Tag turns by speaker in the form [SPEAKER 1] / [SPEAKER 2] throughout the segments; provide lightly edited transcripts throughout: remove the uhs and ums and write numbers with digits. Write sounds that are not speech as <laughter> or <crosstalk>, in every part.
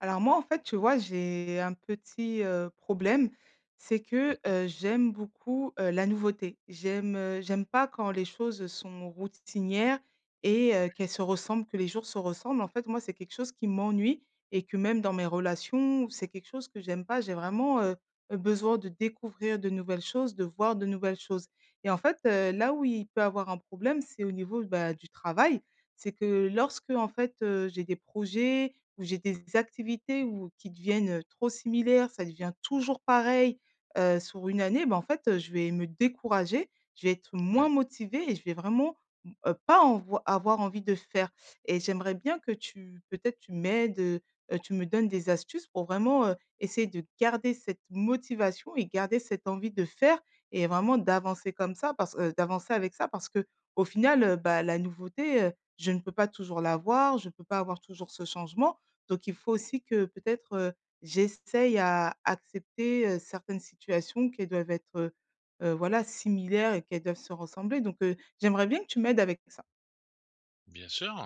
[SPEAKER 1] Alors moi, en fait, tu vois, j'ai un petit problème. C'est que,
[SPEAKER 2] Oui,
[SPEAKER 1] j'aime beaucoup, la nouveauté. J'aime pas quand les choses sont routinières et qu'elles se ressemblent, que les jours se ressemblent. En fait, moi, c'est quelque chose qui m'ennuie et que même dans mes relations, c'est quelque chose que j'aime pas. J'ai vraiment besoin de découvrir de nouvelles choses, de voir de nouvelles choses. Et en fait, là où il peut avoir un problème, c'est au niveau, bah, du travail. C'est que lorsque, en fait, j'ai des projets, où j'ai des activités où qui deviennent, trop similaires, ça devient toujours pareil, sur une année, bah, en fait, je vais me décourager, je vais être moins motivée et je vais vraiment, mmh, pas envoi avoir envie de faire. Et j'aimerais bien que tu peut-être tu m'aides, tu me donnes des astuces pour vraiment, essayer de garder cette motivation et garder cette envie de faire et vraiment d'avancer comme ça parce d'avancer avec ça parce que au final, bah, la nouveauté, je ne peux pas toujours l'avoir, je ne peux pas avoir toujours ce changement. Donc il faut aussi que peut-être, j'essaye à accepter, certaines situations qui doivent être, voilà, similaires et qu'elles doivent se ressembler. Donc j'aimerais bien que tu m'aides avec ça.
[SPEAKER 2] bien sûr,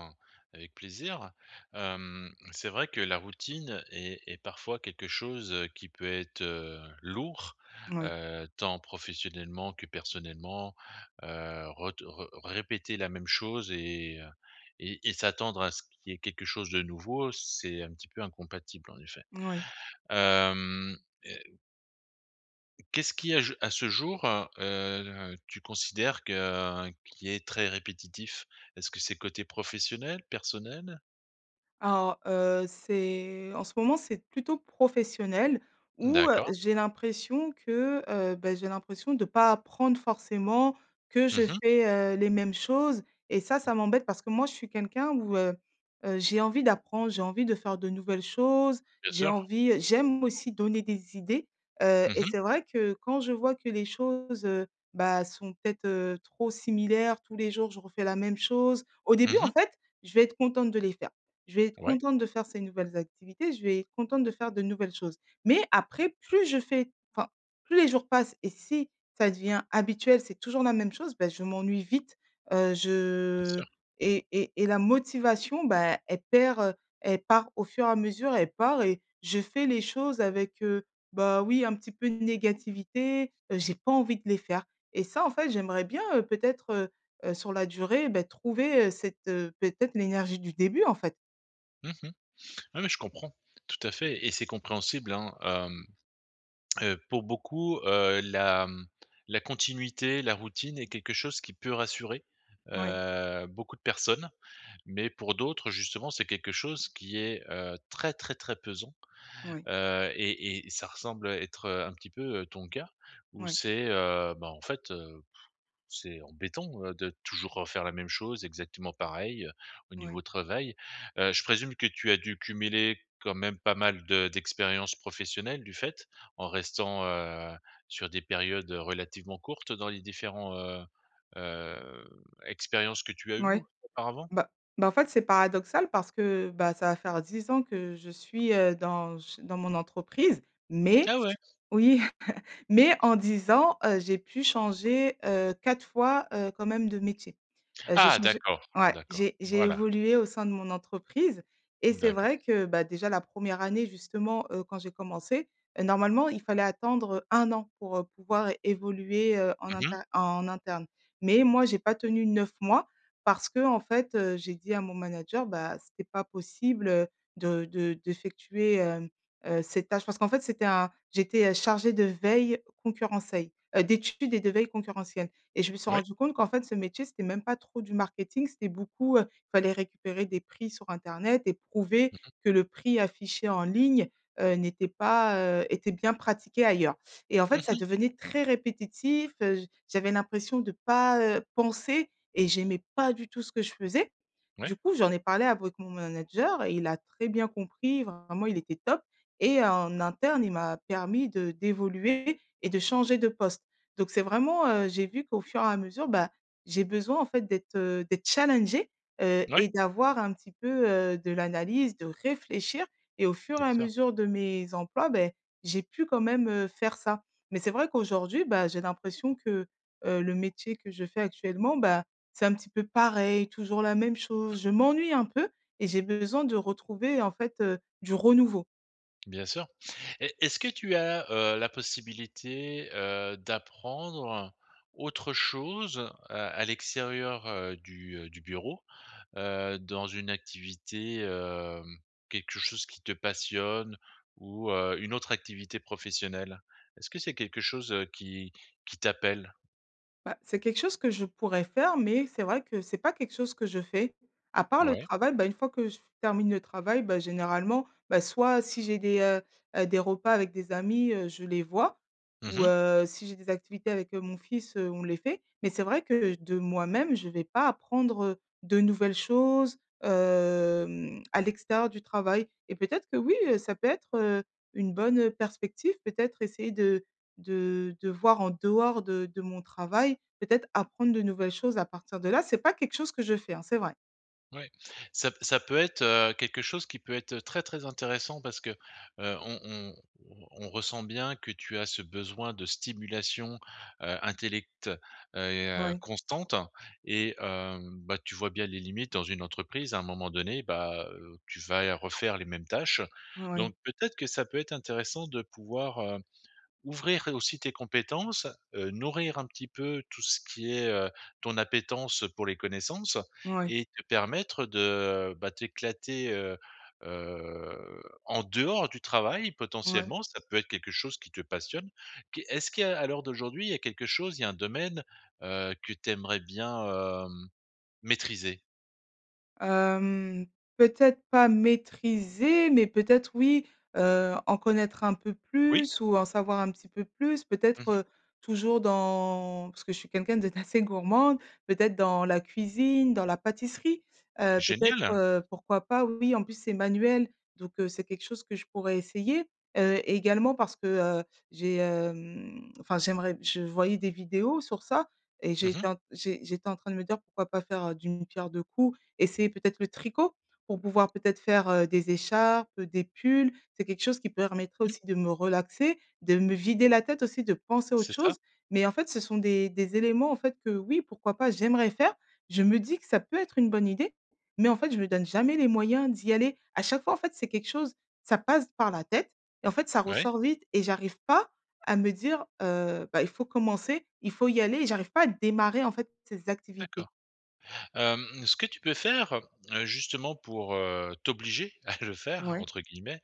[SPEAKER 2] avec plaisir. C'est vrai que la routine est parfois quelque chose, qui peut être, lourd,
[SPEAKER 1] Oui,
[SPEAKER 2] tant professionnellement que personnellement, ret re répéter la même chose et et s'attendre à ce qu'il y ait quelque chose de nouveau, c'est un petit peu incompatible en effet.
[SPEAKER 1] oui.
[SPEAKER 2] Hem, Qu'est-ce qui à je À ce jour, tu considères que qui est très répétitif? Est-ce que c'est côté professionnel, personnel?
[SPEAKER 1] Alors, c'est en ce moment, c'est plutôt professionnel où,
[SPEAKER 2] D'accord.
[SPEAKER 1] j'ai l'impression que, bah, j'ai l'impression de ne pas apprendre forcément, que je
[SPEAKER 2] Mmh.
[SPEAKER 1] fais, les mêmes choses. Et ça m'embête parce que moi, je suis quelqu'un où, j'ai envie d'apprendre, j'ai envie de faire de nouvelles choses,
[SPEAKER 2] Bien
[SPEAKER 1] j'ai
[SPEAKER 2] sûr.
[SPEAKER 1] envie, j'aime aussi donner des idées,
[SPEAKER 2] Mmh
[SPEAKER 1] et
[SPEAKER 2] mh.
[SPEAKER 1] c'est vrai que quand je vois que les choses, bah, sont peut-être, trop similaires, tous les jours, je refais la même chose. Au début, en
[SPEAKER 2] Mmh.
[SPEAKER 1] fait, je vais être contente de les faire. Je vais être
[SPEAKER 2] Ouais,
[SPEAKER 1] contente de faire ces nouvelles activités, je vais être contente de faire de nouvelles choses. Mais après, plus je fais enfin, plus les jours passent et si ça devient habituel, c'est toujours la même chose, ben je m'ennuie vite,
[SPEAKER 2] bien
[SPEAKER 1] je
[SPEAKER 2] sûr.
[SPEAKER 1] et la motivation, ben elle perd, elle part au fur et à mesure, elle part et je fais les choses avec, bah, oui, un petit peu de négativité, j'ai pas envie de les faire. Et ça, en fait, j'aimerais bien, peut-être, sur la durée, bah, trouver, cette, peut-être l'énergie du début, en fait.
[SPEAKER 2] Mmh. Ah mais je comprends, tout à fait et c'est compréhensible, hein. Pour beaucoup, la, la continuité, la routine est quelque chose qui peut rassurer,
[SPEAKER 1] Oui,
[SPEAKER 2] beaucoup de personnes, mais pour d'autres, justement, c'est quelque chose qui est, très, très, très pesant.
[SPEAKER 1] oui,
[SPEAKER 2] Et ça ressemble à être, un petit peu, ton cas où
[SPEAKER 1] oui,
[SPEAKER 2] c'est, c'est embêtant, de toujours refaire la même chose, exactement pareil, au
[SPEAKER 1] oui,
[SPEAKER 2] niveau travail. Je présume que tu as dû cumuler quand même pas mal de d'expériences professionnelles du fait, en restant, sur des périodes, relativement courtes dans les différents, heu, expériences que tu as eues
[SPEAKER 1] oui.
[SPEAKER 2] auparavant?
[SPEAKER 1] Bah bah, en fait, c'est paradoxal parce que, bah, ça va faire 10 ans que je suis, dans mon entreprise, mais
[SPEAKER 2] Ah ouais?
[SPEAKER 1] oui. Mais en 10 ans, j'ai pu changer, 4 fois, quand même de métier. J'ai
[SPEAKER 2] Ah
[SPEAKER 1] changé,
[SPEAKER 2] d'accord,
[SPEAKER 1] ouais,
[SPEAKER 2] d'accord,
[SPEAKER 1] j'ai
[SPEAKER 2] voilà,
[SPEAKER 1] évolué au sein de mon entreprise. Et c'est vrai
[SPEAKER 2] d'accord.
[SPEAKER 1] que, bah, déjà la première année justement, quand j'ai commencé, normalement il fallait attendre, 1 an pour, pouvoir évoluer, en
[SPEAKER 2] Mmh.
[SPEAKER 1] inter en interne. Mais moi j'ai pas tenu 9 mois parce qu'en fait, j'ai dit à mon manager: «Bah, c'était pas possible, de d'effectuer, hem» Ces tâches parce qu'en fait, c'était un j'étais, chargée de veille concurrentielle, d'études et de veille concurrentielle. Et je me suis
[SPEAKER 2] Oui.
[SPEAKER 1] rendu compte qu'en fait, ce métier, c'était même pas trop du marketing, c'était beaucoup, il fallait récupérer des prix sur internet et prouver
[SPEAKER 2] Mmh mh.
[SPEAKER 1] que le prix affiché en ligne, n'était pas, était bien pratiqué ailleurs. Et en fait, ça
[SPEAKER 2] Mmh.
[SPEAKER 1] devenait très répétitif, j'avais l'impression de pas, penser et j'aimais pas du tout ce que je faisais.
[SPEAKER 2] Ouais.
[SPEAKER 1] Du coup, j'en ai parlé avec mon manager et il a très bien compris, vraiment, il était top. Et en interne, il m'a permis de d'évoluer et de changer de poste. Donc c'est vraiment, j'ai vu qu'au fur et à mesure, bah, j'ai besoin en fait d'être challengée,
[SPEAKER 2] Oui,
[SPEAKER 1] et d'avoir un petit peu, de l'analyse, de réfléchir. Et au fur et
[SPEAKER 2] bien
[SPEAKER 1] à
[SPEAKER 2] sûr,
[SPEAKER 1] mesure de mes emplois, ben j'ai pu quand même, faire ça. Mais c'est vrai qu'aujourd'hui, bah, j'ai l'impression que, le métier que je fais actuellement, bah, c'est un petit peu pareil, toujours la même chose. Je m'ennuie un peu et j'ai besoin de retrouver en fait, du renouveau.
[SPEAKER 2] bien sûr. Et est-ce que tu as, la possibilité, d'apprendre autre chose à l'extérieur, du bureau? Dans une activité, quelque chose qui te passionne ou, une autre activité professionnelle? Est-ce que c'est quelque chose, qui t'appelle?
[SPEAKER 1] Bah, c'est quelque chose que je pourrais faire, mais c'est vrai que c'est pas quelque chose que je fais. À part le
[SPEAKER 2] Ouais.
[SPEAKER 1] travail, bah, une fois que je termine le travail, bah, généralement, bah, soit si j'ai des repas avec des amis, je les vois ou
[SPEAKER 2] Mmh.
[SPEAKER 1] si j'ai des activités avec, mon fils, on les fait. Mais c'est vrai que de moi-même, je vais pas apprendre, de nouvelles choses, à l'extérieur du travail. Et peut-être que oui, ça peut être, une bonne perspective, peut-être essayer de voir en dehors de mon travail, peut-être apprendre de nouvelles choses à partir de là. C'est pas quelque chose que je fais, hein, c'est vrai.
[SPEAKER 2] Ouais, ça peut être, quelque chose qui peut être très, très intéressant parce que, heu, on on on ressent bien que tu as ce besoin de stimulation, intellect,
[SPEAKER 1] Oui.
[SPEAKER 2] constante. Et bah, tu vois bien les limites dans une entreprise à un moment donné, bah, tu vas refaire les mêmes tâches,
[SPEAKER 1] Oui, oui,
[SPEAKER 2] donc peut-être que ça peut être intéressant de pouvoir ouvrir aussi tes compétences, nourrir un petit peu tout ce qui est, ton appétence pour les connaissances
[SPEAKER 1] oui,
[SPEAKER 2] et te permettre de, bah, t'éclater, en dehors du travail
[SPEAKER 1] oui.
[SPEAKER 2] potentiellement. Ça peut être quelque chose qui te passionne. Qu est-ce qu'à à l'heure d'aujourd'hui, il y a quelque chose, il y a un domaine, que tu aimerais bien, hem, maîtriser?
[SPEAKER 1] Hem, peut-être pas maîtriser, mais peut-être oui, en connaître un peu
[SPEAKER 2] Oui?
[SPEAKER 1] plus ou en savoir un petit peu plus. Peut-être,
[SPEAKER 2] Mmh.
[SPEAKER 1] toujours dans parce que je suis quelqu'un de d'assez <laughs> gourmande, peut-être dans la cuisine, dans la pâtisserie, peut-être,
[SPEAKER 2] Génial.
[SPEAKER 1] pourquoi pas, oui, en plus c'est manuel, donc c'est quelque chose que je pourrais essayer, également parce que, j'ai, hem, enfin j'aimerais je voyais des vidéos sur ça. Et
[SPEAKER 2] Mmh mh.
[SPEAKER 1] j'étais en train de me dire pourquoi pas faire, d'une pierre deux coups, essayer peut-être le tricot pour pouvoir peut-être faire, des écharpes, des pulls. C'est quelque chose qui permettrait
[SPEAKER 2] Mmh.
[SPEAKER 1] aussi de me relaxer, de me vider la tête aussi, de penser à autre
[SPEAKER 2] C'est ça?
[SPEAKER 1] chose. Mais en fait, ce sont des éléments en fait que oui, pourquoi pas, j'aimerais faire. Je me dis que ça peut être une bonne idée, mais en fait, je me donne jamais les moyens d'y aller. À chaque fois, en fait, c'est quelque chose, ça passe par la tête et en fait, ça
[SPEAKER 2] Oui.
[SPEAKER 1] ressort vite et j'arrive pas à me dire, «Bah, il faut commencer, il faut y aller». Et j'arrive pas à démarrer en fait ces
[SPEAKER 2] D'accord.
[SPEAKER 1] activités.
[SPEAKER 2] Ce que tu peux faire, justement pour, «t'obliger» <laughs> à le faire
[SPEAKER 1] Ouais,
[SPEAKER 2] entre guillemets,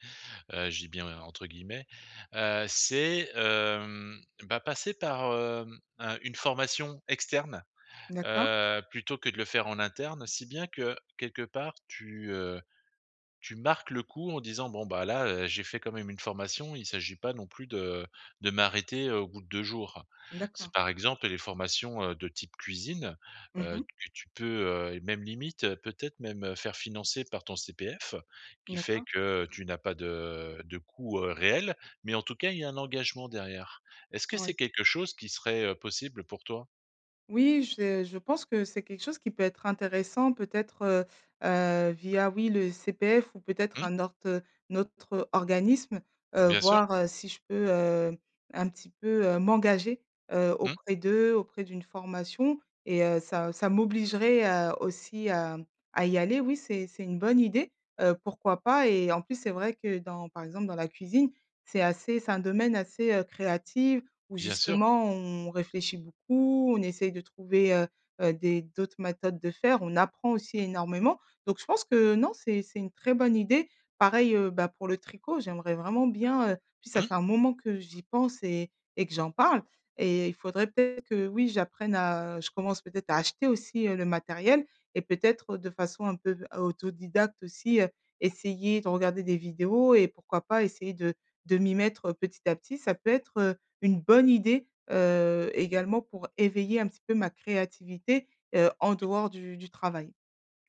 [SPEAKER 2] je dis bien entre guillemets, bah, passer par, un une formation externe,
[SPEAKER 1] d'accord,
[SPEAKER 2] plutôt que de le faire en interne. Si bien que quelque part tu, tu marques le coup en disant: «Bon, bah, là, j'ai fait quand même une formation, il ne s'agit pas non plus de m'arrêter, au bout de 2 jours». C'est
[SPEAKER 1] d'accord.
[SPEAKER 2] par exemple les formations, de type cuisine,
[SPEAKER 1] Mmh mh.
[SPEAKER 2] que tu peux, et même limite, faire financer par ton CPF, qui fait
[SPEAKER 1] D'accord,
[SPEAKER 2] que tu n'as pas de coût, réel, mais en tout cas, il y a un engagement derrière. Est-ce que
[SPEAKER 1] ouais.
[SPEAKER 2] c'est quelque chose qui serait, possible pour toi?
[SPEAKER 1] Oui, je pense que c'est quelque chose qui peut être intéressant peut-être, via, oui, le CPF ou peut-être
[SPEAKER 2] Mmh?
[SPEAKER 1] un autre organisme,
[SPEAKER 2] Bien sûr.
[SPEAKER 1] voir, si je peux, un petit peu, m'engager,
[SPEAKER 2] Mmh?
[SPEAKER 1] auprès d'eux, auprès d'une formation. Et ça m'obligerait, aussi à y aller. Oui, c'est une bonne idée, pourquoi pas. Et en plus, c'est vrai que dans par exemple, dans la cuisine, c'est un domaine assez, créatif où
[SPEAKER 2] Bien sûr.
[SPEAKER 1] justement on réfléchit beaucoup, on essaye de trouver, des d'autres méthodes de faire, on apprend aussi énormément. Donc je pense que non, c'est une très bonne idée. Pareil, bah, pour le tricot, j'aimerais vraiment bien, puis ça
[SPEAKER 2] Mmh?
[SPEAKER 1] fait un moment que j'y pense et que j'en parle. Et il faudrait peut-être que oui, j'apprenne à je commence peut-être à acheter aussi, le matériel. Et peut-être de façon un peu autodidacte aussi, essayer de regarder des vidéos et pourquoi pas essayer de m'y mettre petit à petit. Ça peut être une bonne idée, également pour éveiller un petit peu ma créativité, en dehors du travail.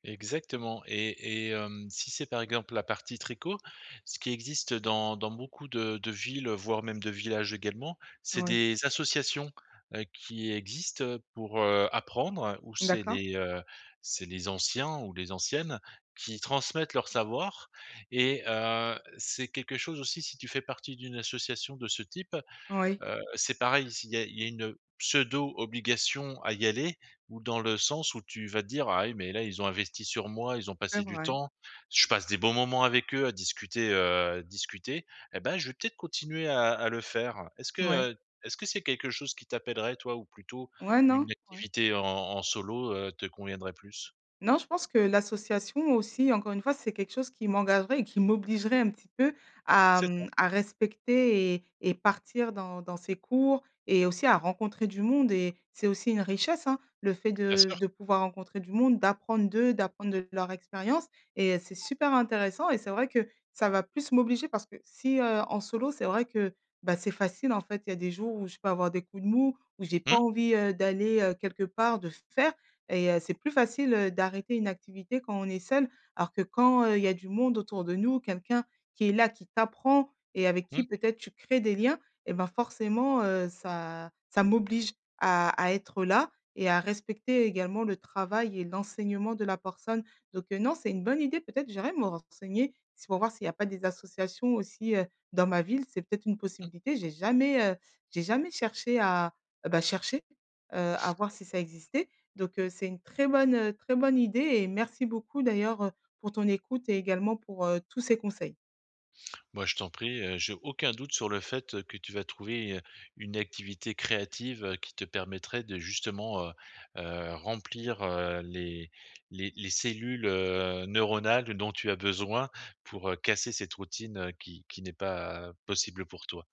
[SPEAKER 2] Exactement. Si c'est par exemple la partie tricot, ce qui existe dans dans beaucoup de villes, voire même de villages également, c'est
[SPEAKER 1] Oui.
[SPEAKER 2] des associations, qui existent, pour, apprendre où
[SPEAKER 1] D'accord?
[SPEAKER 2] c'est les anciens ou les anciennes qui transmettent leur savoir. C'est quelque chose aussi si tu fais partie d'une association de ce type.
[SPEAKER 1] Oui.
[SPEAKER 2] C'est pareil, s'il y a il y a une pseudo-obligation à y aller, ou dans le sens où tu vas te dire: «Ah oui, mais là, ils ont investi sur moi, ils ont
[SPEAKER 1] C'est
[SPEAKER 2] passé du
[SPEAKER 1] vrai.
[SPEAKER 2] temps, je passe des bons moments avec eux à discuter, discuter et ben, je vais peut-être continuer à le faire».
[SPEAKER 1] Oui.
[SPEAKER 2] Est-ce que c'est quelque chose qui t'appellerait toi ou plutôt
[SPEAKER 1] Ouais, non?
[SPEAKER 2] une
[SPEAKER 1] Ouais.
[SPEAKER 2] activité en en solo, te conviendrait plus?
[SPEAKER 1] Non, je pense que l'association aussi, encore une fois, c'est quelque chose qui m'engagerait et qui m'obligerait un petit peu à,
[SPEAKER 2] C'est ça,
[SPEAKER 1] mmh, à respecter et partir dans ces cours. Et aussi à rencontrer du monde et c'est aussi une richesse, hein, le fait
[SPEAKER 2] bien
[SPEAKER 1] de
[SPEAKER 2] sûr.
[SPEAKER 1] de pouvoir rencontrer du monde, d'apprendre d'eux, d'apprendre de leur expérience. Et c'est super intéressant. Et c'est vrai que ça va plus m'obliger parce que si, en solo, c'est vrai que, bah, c'est facile, en fait. Il y a des jours où je peux avoir des coups de mou, où j'ai pas
[SPEAKER 2] Mmh,
[SPEAKER 1] envie, d'aller, quelque part, de faire. Et c'est plus facile, d'arrêter une activité quand on est seul, alors que quand, il y a du monde autour de nous, quelqu'un qui est là, qui t'apprend et avec
[SPEAKER 2] mmh.
[SPEAKER 1] qui
[SPEAKER 2] Mmh.
[SPEAKER 1] peut-être tu crées des liens, et ben, forcément, ça m'oblige à être là et à respecter également le travail et l'enseignement de la personne. Donc non, c'est une bonne idée, peut-être j'irai me renseigner, c'est pour voir s'il n'y a pas des associations aussi, dans ma ville, c'est peut-être une possibilité. J'ai jamais cherché à, bah, chercher, à voir si ça existait. Donc, c'est une très bonne idée et merci beaucoup d'ailleurs, pour ton écoute et également pour, tous ces conseils.
[SPEAKER 2] Moi, je t'en prie, j'ai aucun doute sur le fait, que tu vas trouver, une activité créative, qui te permettrait de justement, remplir, les les cellules, neuronales dont tu as besoin pour, casser cette routine, qui n'est pas possible pour toi.